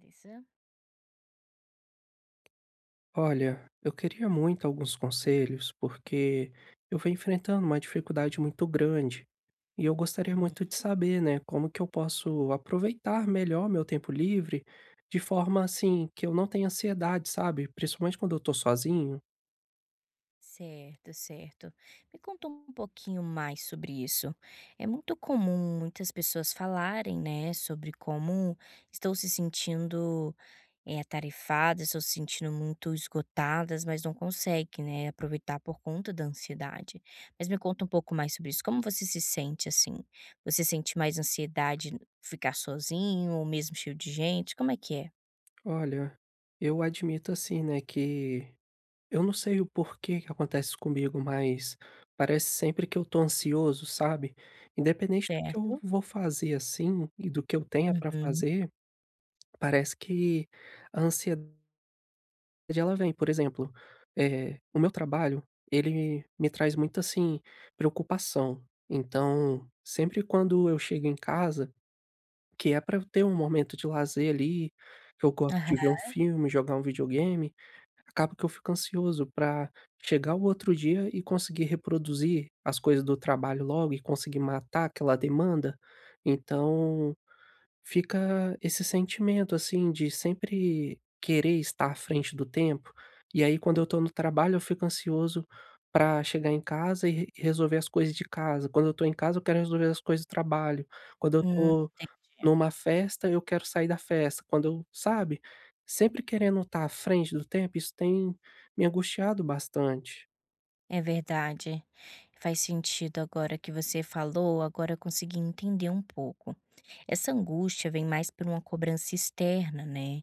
Beleza? Olha, eu queria muito alguns conselhos, porque eu venho enfrentando uma dificuldade muito grande e eu gostaria Uhum. muito de saber, né, como que eu posso aproveitar melhor meu tempo livre de forma assim que eu não tenha ansiedade, sabe? Principalmente quando eu tô sozinho. Certo, certo. Me conta um pouquinho mais sobre isso. É muito comum muitas pessoas falarem, né, sobre como estão se sentindo atarefadas, estão se sentindo muito esgotadas, mas não conseguem, né, aproveitar por conta da ansiedade. Mas me conta um pouco mais sobre isso. Como você se sente assim? Você sente mais ansiedade em ficar sozinho ou mesmo cheio de gente? Como é que é? Olha, eu admito assim, né, que eu não sei o porquê que acontece comigo, mas parece sempre que eu tô ansioso, sabe? Independente do que eu Certo? vou fazer assim e do que eu tenha pra Uhum. fazer, parece que a ansiedade ela vem. Por exemplo, o meu trabalho, ele me traz muito, assim, preocupação. Então, sempre quando eu chego em casa, que é para ter um momento de lazer ali, que eu gosto de ver Aham. um filme, jogar um videogame, acaba que eu fico ansioso para chegar o outro dia e conseguir reproduzir as coisas do trabalho logo e conseguir matar aquela demanda. Então fica esse sentimento, assim, de sempre querer estar à frente do tempo, e aí quando eu estou no trabalho eu fico ansioso para chegar em casa e re resolver as coisas de casa, quando eu estou em casa eu quero resolver as coisas do trabalho, quando eu Hum, estou entendi. numa festa eu quero sair da festa, quando eu, sabe, sempre querendo estar à frente do tempo, isso tem me angustiado bastante. É verdade. Faz sentido agora que você falou, agora eu consegui entender um pouco. Essa angústia vem mais por uma cobrança externa, né,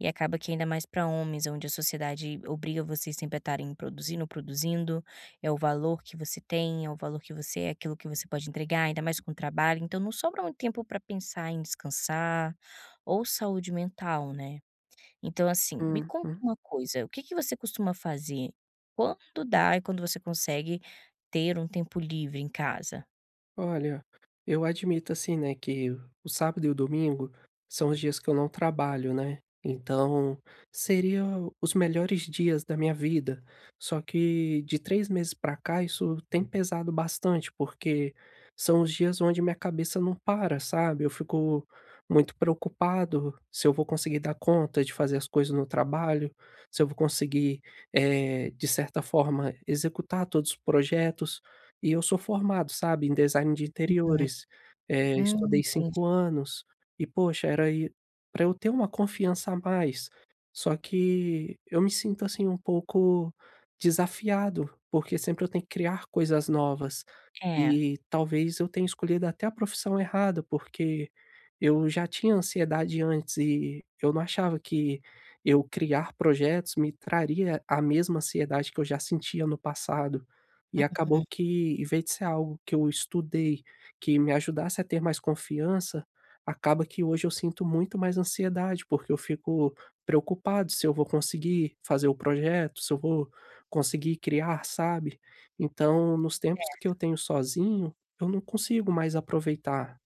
e acaba que ainda mais para homens, onde a sociedade obriga vocês sempre a estarem produzindo, produzindo, é o valor que você tem, é o valor que você é aquilo que você pode entregar, ainda mais com trabalho, então não sobra muito tempo para pensar em descansar ou saúde mental, né. Então, assim, me conta Uhum. uma coisa, o que que você costuma fazer quando dá e quando você consegue ter um tempo livre em casa? Olha, eu admito assim, né, que o sábado e o domingo são os dias que eu não trabalho, né? Então, seria os melhores dias da minha vida. Só que de 3 meses pra cá, isso tem pesado bastante, porque são os dias onde minha cabeça não para, sabe? Eu fico muito preocupado se eu vou conseguir dar conta de fazer as coisas no trabalho, se eu vou conseguir, de certa forma, executar todos os projetos. E eu sou formado, sabe, em design de Uhum. interiores, estudei Entendi. 5 anos e poxa, era para eu ter uma confiança a mais, só que eu me sinto, assim, um pouco desafiado, porque sempre eu tenho que criar coisas novas, É. e talvez eu tenha escolhido até a profissão errada, porque eu já tinha ansiedade antes e eu não achava que eu criar projetos me traria a mesma ansiedade que eu já sentia no passado. E acabou Uhum. que, em vez de ser algo que eu estudei, que me ajudasse a ter mais confiança, acaba que hoje eu sinto muito mais ansiedade, porque eu fico preocupado se eu vou conseguir fazer o projeto, se eu vou conseguir criar, sabe. Então, nos tempos que eu tenho sozinho, eu não consigo mais aproveitar.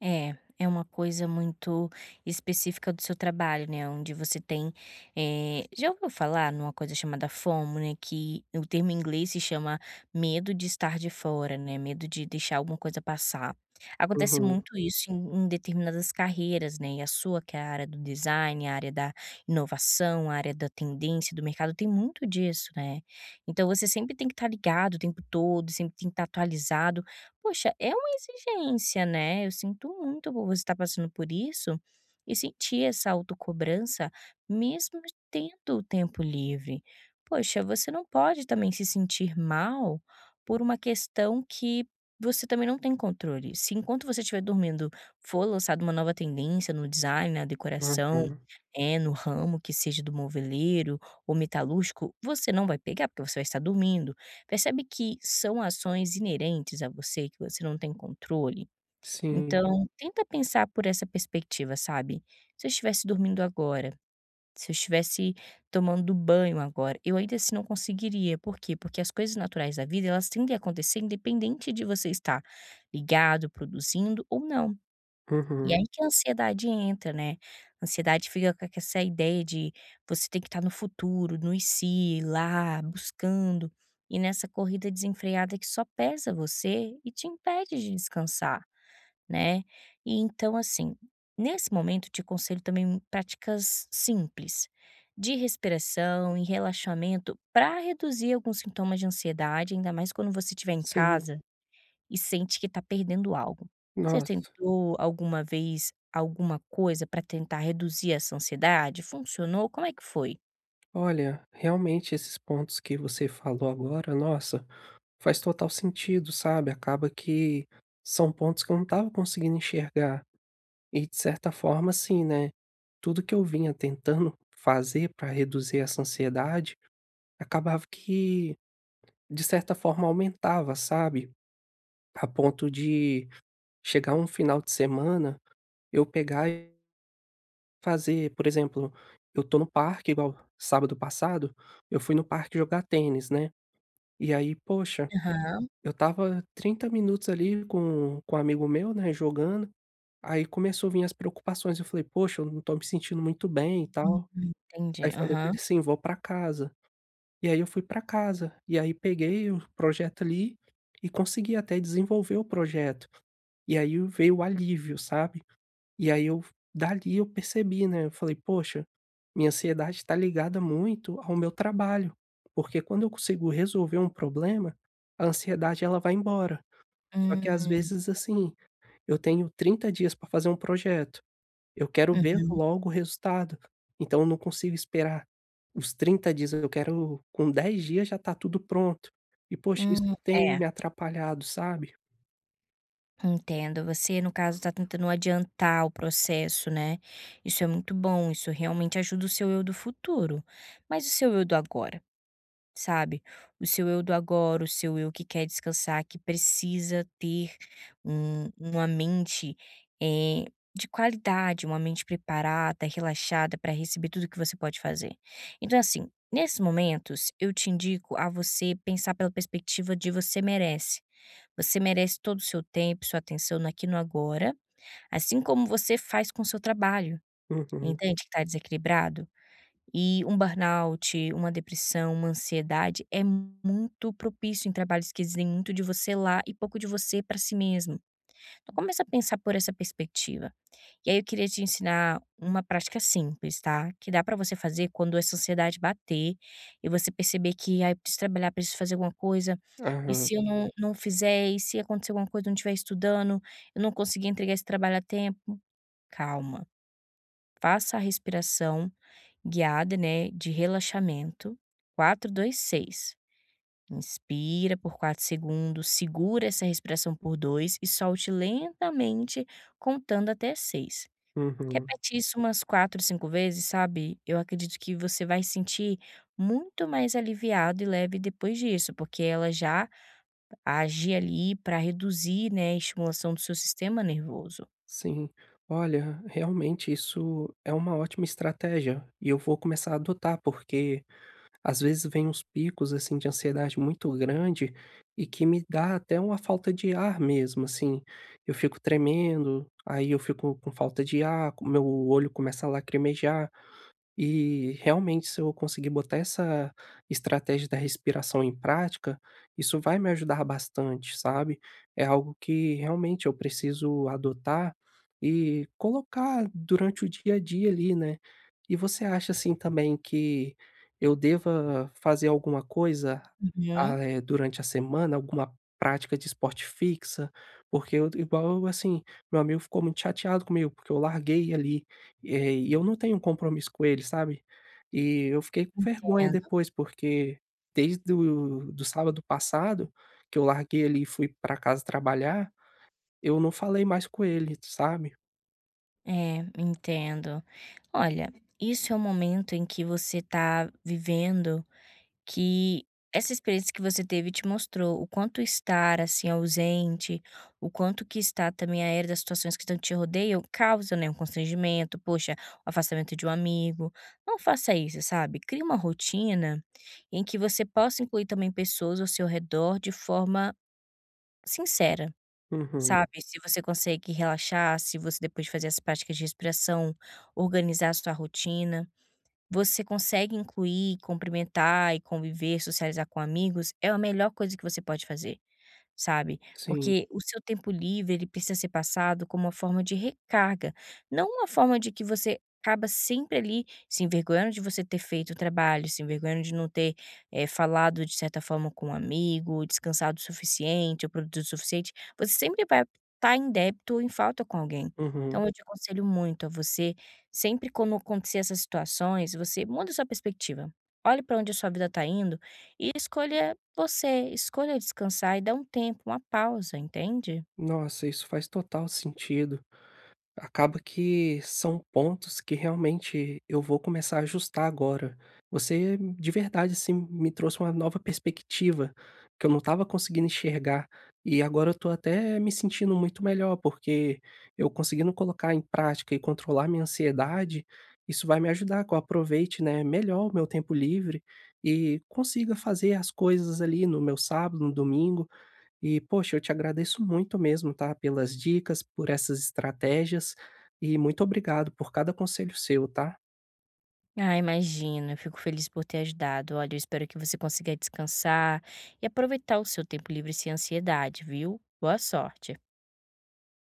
É, é uma coisa muito específica do seu trabalho, né, onde você tem, já ouviu falar numa coisa chamada FOMO, né, que o termo em inglês se chama medo de estar de fora, né, medo de deixar alguma coisa passar. Acontece Uhum, muito isso em determinadas carreiras, né, e a sua, que é a área do design, a área da inovação, a área da tendência do mercado, tem muito disso, né. Então você sempre tem que estar ligado o tempo todo, sempre tem que estar atualizado. Poxa, é uma exigência, né, eu sinto muito por você estar passando por isso e sentir essa autocobrança mesmo tendo o tempo livre. Poxa, você não pode também se sentir mal por uma questão que você também não tem controle. Se enquanto você estiver dormindo for lançada uma nova tendência no design, na decoração, uhum. é no ramo que seja do moveleiro ou metalúrgico, você não vai pegar, porque você vai estar dormindo. Percebe que são ações inerentes a você, que você não tem controle? Sim, Então, tenta pensar por essa perspectiva, sabe? Se eu estivesse dormindo agora, se eu estivesse tomando banho agora, eu ainda assim não conseguiria. Por quê? Porque as coisas naturais da vida, elas tendem a acontecer independente de você estar ligado, produzindo ou não. E uhum, aí que a ansiedade entra, né. A ansiedade fica com essa ideia de você tem que estar no futuro, no "e se", lá, buscando, e nessa corrida desenfreada que só pesa você e te impede de descansar, né. E então, assim, nesse momento te aconselho também práticas simples, de respiração e relaxamento para reduzir alguns sintomas de ansiedade, ainda mais quando você estiver em sim. casa e sente que está perdendo algo. Você Nossa, tentou alguma vez alguma coisa para tentar reduzir essa ansiedade? Funcionou? Como é que foi? olha, realmente esses pontos que você falou agora, nossa, faz total sentido, sabe, acaba que são pontos que eu não estava conseguindo enxergar. E de certa forma, sim né, tudo que eu vinha tentando fazer para reduzir essa ansiedade, acabava que, de certa forma, aumentava, sabe, a ponto de chegar um final de semana, eu pegar fazer, por exemplo, eu tô no parque, igual sábado passado, eu fui no parque jogar tênis, né, e aí, poxa, Aham. eu tava 30 minutos ali com um amigo meu, né, jogando, aí começou a vir as preocupações, eu falei: "Poxa, eu não tô me sentindo muito bem e Hum, tal". Aí entendi. falei com ele Aham. assim: "Vou pra casa". E aí eu fui pra casa, e aí peguei o projeto ali e consegui até desenvolver o projeto, e aí veio o alívio, sabe? E aí eu, dali eu percebi, né, eu falei: "Poxa, minha ansiedade está ligada muito ao meu trabalho", porque quando eu consigo resolver um problema, a ansiedade ela vai embora. Só que às Hum. vezes, assim, eu tenho 30 dias para fazer um projeto, eu quero ver Uhum. logo o resultado, então eu não consigo esperar os 30 dias, eu quero com 10 dias já tá tudo pronto. E poxa, isso que tem É, me atrapalhado, sabe? entendo. Você, no caso, está tentando adiantar o processo, né. Isso é muito bom, isso realmente ajuda o seu eu do futuro. Mas o seu eu do agora? Sabe, o seu eu do agora, o seu eu que quer descansar, que precisa ter uma mente, eh, de qualidade, uma mente preparada, relaxada para receber tudo que você pode fazer. Então, assim, nesses momentos, eu te indico a você pensar pela perspectiva de você merece. Você merece todo o seu tempo, sua atenção no aqui e no agora, assim como você faz com o seu trabalho. Uhum. Entende que está desequilibrado? E um burnout, uma depressão, uma ansiedade é muito propício em trabalhos que exigem muito de você lá e pouco de você para si mesmo. Então começa a pensar por essa perspectiva. E aí eu queria te ensinar uma prática simples, tá? Que dá para você fazer quando essa ansiedade bater e você perceber que ah, eu preciso trabalhar, preciso fazer alguma coisa. E Aham. se eu não, não fizer, e se acontecer alguma coisa, eu não estiver estudando, eu não conseguir entregar esse trabalho a tempo, calma. Faça a respiração guiada, né, de relaxamento. 4, 2, 6. Inspira por 4 segundos, segura essa respiração por 2 e solte lentamente contando até 6. Uhum. Repete isso umas quatro, 5 vezes, sabe? Eu acredito que você vai sentir muito mais aliviado e leve depois disso, porque ela já age ali para reduzir, né, a estimulação do seu sistema nervoso. Sim. Olha, realmente isso é uma ótima estratégia e eu vou começar a adotar, porque às vezes vem uns picos assim de ansiedade muito grande e que me dá até uma falta de ar mesmo, assim. Eu fico tremendo, aí eu fico com falta de ar, meu olho começa a lacrimejar. E realmente se eu conseguir botar essa estratégia da respiração em prática, isso vai me ajudar bastante, sabe. É algo que realmente eu preciso adotar e colocar durante o dia a dia ali, né. E você acha, assim, também que eu deva fazer alguma coisa, Uhum. Durante a semana, alguma prática de esporte fixa? Porque eu igual, assim, meu amigo ficou muito chateado comigo, porque eu larguei ali, e eu não tenho um compromisso com ele, sabe. E eu fiquei com vergonha Entendo. depois, porque desde o do sábado passado, que eu larguei ele e fui pra casa trabalhar, eu não falei mais com ele, sabe. É, entendo. Olha, isso é um momento em que você está vivendo que essa experiência que você teve te mostrou o quanto estar, assim, ausente, o quanto que está também a era das situações que estão te rodeiam causa, né, um constrangimento, poxa, o afastamento de um amigo. Não faça isso, sabe? Crie uma rotina em que você possa incluir também pessoas ao seu redor de forma sincera. Uhum. Sabe, se você consegue relaxar, se você depois de fazer as práticas de respiração, organizar a sua rotina. Você consegue incluir, cumprimentar e conviver, socializar com amigos, é a melhor coisa que você pode fazer, sabe? Sim. Porque o seu tempo livre, ele precisa ser passado como uma forma de recarga, não uma forma de que você acaba sempre ali se envergonhando de você ter feito o trabalho, se envergonhando de não ter falado de certa forma com um amigo, descansado o suficiente, ou produzido o suficiente. Você sempre vai estar em débito ou em falta com alguém. Uhum. Então, eu te aconselho muito a você, sempre quando acontecer essas situações, você muda sua perspectiva. Olhe para onde a sua vida está indo e escolha você escolha descansar e dar um tempo, uma pausa, entende? Nossa, isso faz total sentido. Acaba que são pontos que realmente eu vou começar a ajustar agora. Você de verdade, assim, me trouxe uma nova perspectiva que eu não estava conseguindo enxergar e agora eu estou até me sentindo muito melhor, porque eu conseguindo colocar em prática e controlar minha ansiedade, isso vai me ajudar que eu aproveite, né, melhor o meu tempo livre e consiga fazer as coisas ali no meu sábado, no domingo, e, poxa, eu te agradeço muito mesmo, tá, pelas dicas, por essas estratégias e muito obrigado por cada conselho seu, tá? Ah, imagino. Eu fico feliz por ter ajudado. Olha, eu espero que você consiga descansar e aproveitar o seu tempo livre sem ansiedade, viu? Boa sorte.